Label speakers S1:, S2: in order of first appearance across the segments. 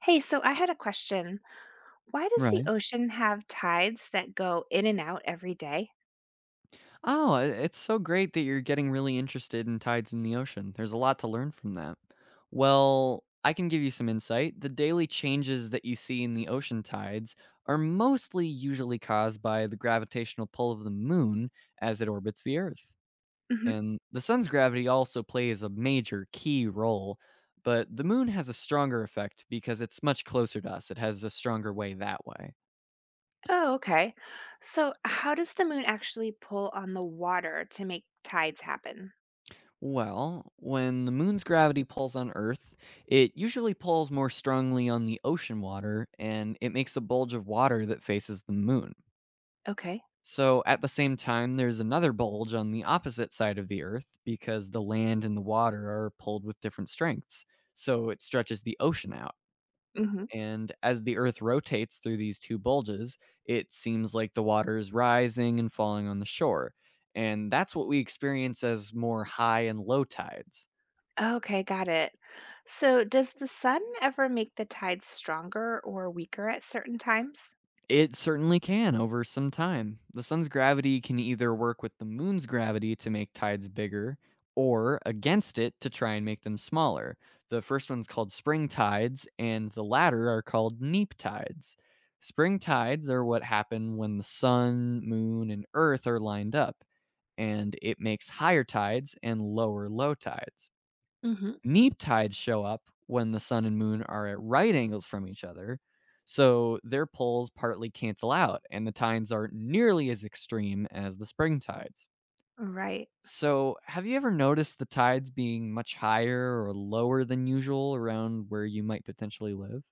S1: Hey, so I had a question. Why does the
S2: Right.
S1: ocean have tides that go in and out every day?
S2: Oh, I it's so great that you're getting really interested in tides in the ocean. There's a lot to learn from that. Well, I can give you some insight. The daily changes that you see in the ocean tides are mostly usually caused by the gravitational pull of the moon as it orbits the Earth.
S1: Hmm.
S2: And the sun's gravity also plays a major key role, but the moon has a stronger effect because it's much closer to us. It has a stronger way that way.
S1: Oh, okay. So, how does the moon actually pull on the water to make tides happen?
S2: Well, when the moon's gravity pulls on Earth, it usually pulls more strongly on the ocean water and it makes a bulge of water that faces the moon.
S1: Okay.
S2: So at the same time, there's another bulge on the opposite side of the Earth because the land and the water are pulled with different strengths. So it stretches the ocean out.
S1: Mm-hmm.
S2: And as the Earth rotates through these two bulges, it seems like the water is rising and falling on the shore. And that's what we experience as more high and low tides.
S1: Okay, got it. So, does the sun ever make the tides stronger or weaker at certain times?
S2: It certainly can over some time. The sun's gravity can either work with the moon's gravity to make tides bigger or against it to try and make them smaller. The first one's called spring tides, and the latter are called neap tides. Spring tides are what happen when the sun, moon, and earth are lined up, and it makes higher tides and lower low tides.
S1: Hmm.
S2: Neap tides show up when the sun and moon are at right angles from each other. So their poles partly cancel out, and the tides aren't nearly as extreme as the spring tides.
S1: Right.
S2: So, have you ever noticed the tides being much higher or lower than usual around where you might potentially live?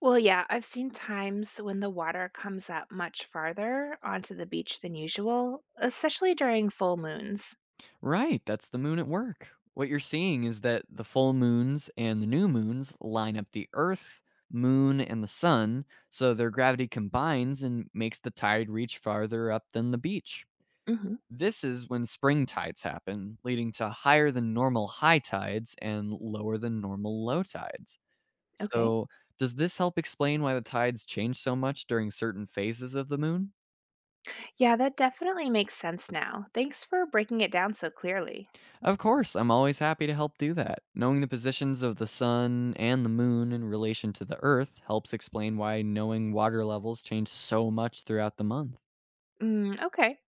S1: Well, yeah, I've seen times when the water comes up much farther onto the beach than usual, especially during full moons.
S2: Right, that's the moon at work. What you're seeing is that the full moons and the new moons line up the Earth, moon, and the sun, so their gravity combines and makes the tide reach farther up than the beach.
S1: Hmm.
S2: This is when spring tides happen, leading to higher than normal high tides and lower than normal low tides.
S1: Okay.
S2: So, does this help explain why the tides change so much during certain phases of the moon?
S1: Yeah, that definitely makes sense now. Thanks for breaking it down so clearly.
S2: Of course, I'm always happy to help do that. Knowing the positions of the sun and the moon in relation to the earth helps explain why knowing water levels change so much throughout the month.
S1: Mm, okay.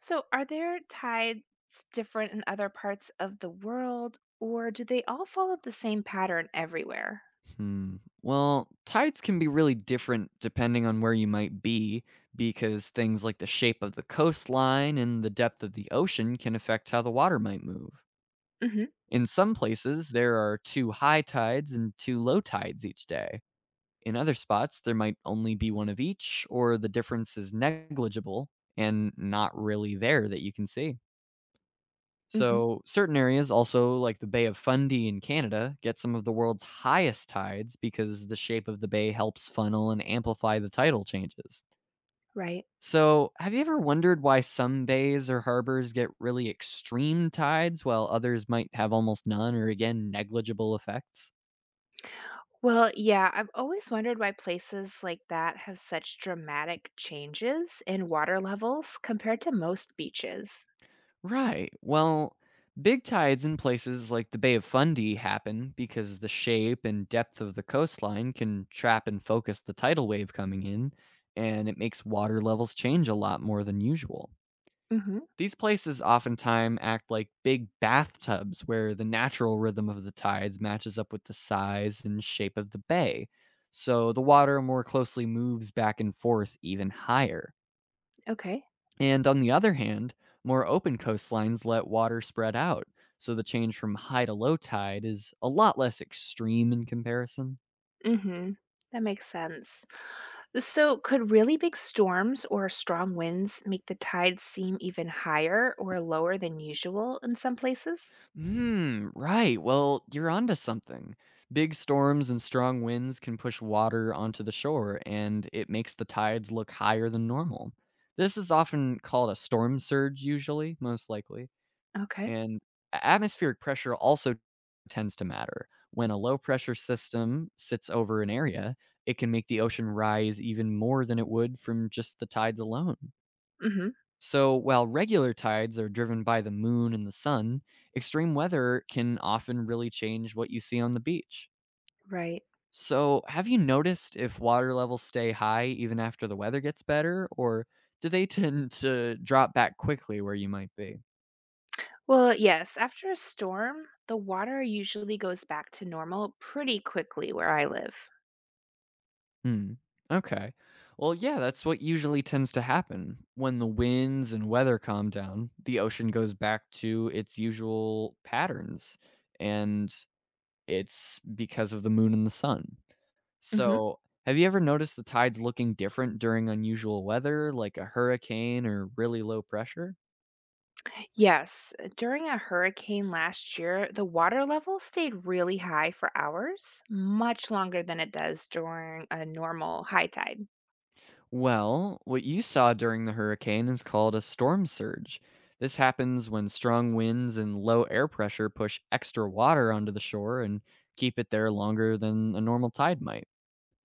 S1: So, are there tides different in other parts of the world, or do they all follow the same pattern everywhere?
S2: Hmm. Well, tides can be really different depending on where you might be, because things like the shape of the coastline and the depth of the ocean can affect how the water might move.
S1: Hmm.
S2: In some places, there are two high tides and two low tides each day. In other spots, there might only be one of each, or the difference is negligible and not really there that you can see.
S1: Hmm.
S2: So, certain areas, also like the Bay of Fundy in Canada, get some of the world's highest tides because the shape of the bay helps funnel and amplify the tidal changes.
S1: Right.
S2: So, have you ever wondered why some bays or harbors get really extreme tides while others might have almost none or again negligible effects?
S1: Well, yeah, I've always wondered why places like that have such dramatic changes in water levels compared to most beaches.
S2: Right. Well, big tides in places like the Bay of Fundy happen because the shape and depth of the coastline can trap and focus the tidal wave coming in, and it makes water levels change a lot more than usual.
S1: Hmm.
S2: These places oftentimes act like big bathtubs where the natural rhythm of the tides matches up with the size and shape of the bay. So the water more closely moves back and forth even higher.
S1: Okay.
S2: And on the other hand, more open coastlines let water spread out, so the change from high to low tide is a lot less extreme in comparison.
S1: Hmm. That makes sense. So, could really big storms or strong winds make the tides seem even higher or lower than usual in some places?
S2: Hmm, right. Well, you're onto something. Big storms and strong winds can push water onto the shore, and it makes the tides look higher than normal. This is often called a storm surge, usually, most likely.
S1: Okay.
S2: And a atmospheric pressure also tends to matter. When a low pressure system sits over an area, it can make the ocean rise even more than it would from just the tides alone.
S1: Hmm.
S2: So, while regular tides are driven by the moon and the sun, extreme weather can often really change what you see on the beach.
S1: Right.
S2: So, have you noticed if water levels stay high even after the weather gets better, or do they tend to drop back quickly where you might be?
S1: Well, yes, after a storm, the water usually goes back to normal pretty quickly where I live.
S2: Hmm. Okay. Well, yeah, that's what usually tends to happen. When the winds and weather calm down, the ocean goes back to its usual patterns. And it's because of the moon and the sun.
S1: Hmm.
S2: So, have you ever noticed the tides looking different during unusual weather, like a hurricane or really low pressure?
S1: Yes, during a hurricane last year, the water level stayed really high for hours, much longer than it does during a normal high tide.
S2: Well, what you saw during the hurricane is called a storm surge. This happens when strong winds and low air pressure push extra water onto the shore and keep it there longer than a normal tide might.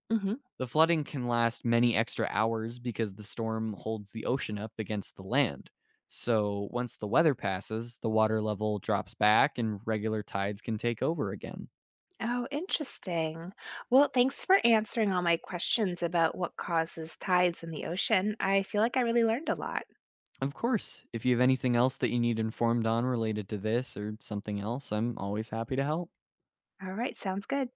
S1: Hmm.
S2: The flooding can last many extra hours because the storm holds the ocean up against the land. So, once the weather passes, the water level drops back and regular tides can take over again.
S1: Oh, interesting. Well, thanks for answering all my questions about what causes tides in the ocean. I feel like I really learned a lot.
S2: Of course, if you have anything else that you need informed on related to this or something else, I'm always happy to help.
S1: All right, sounds good.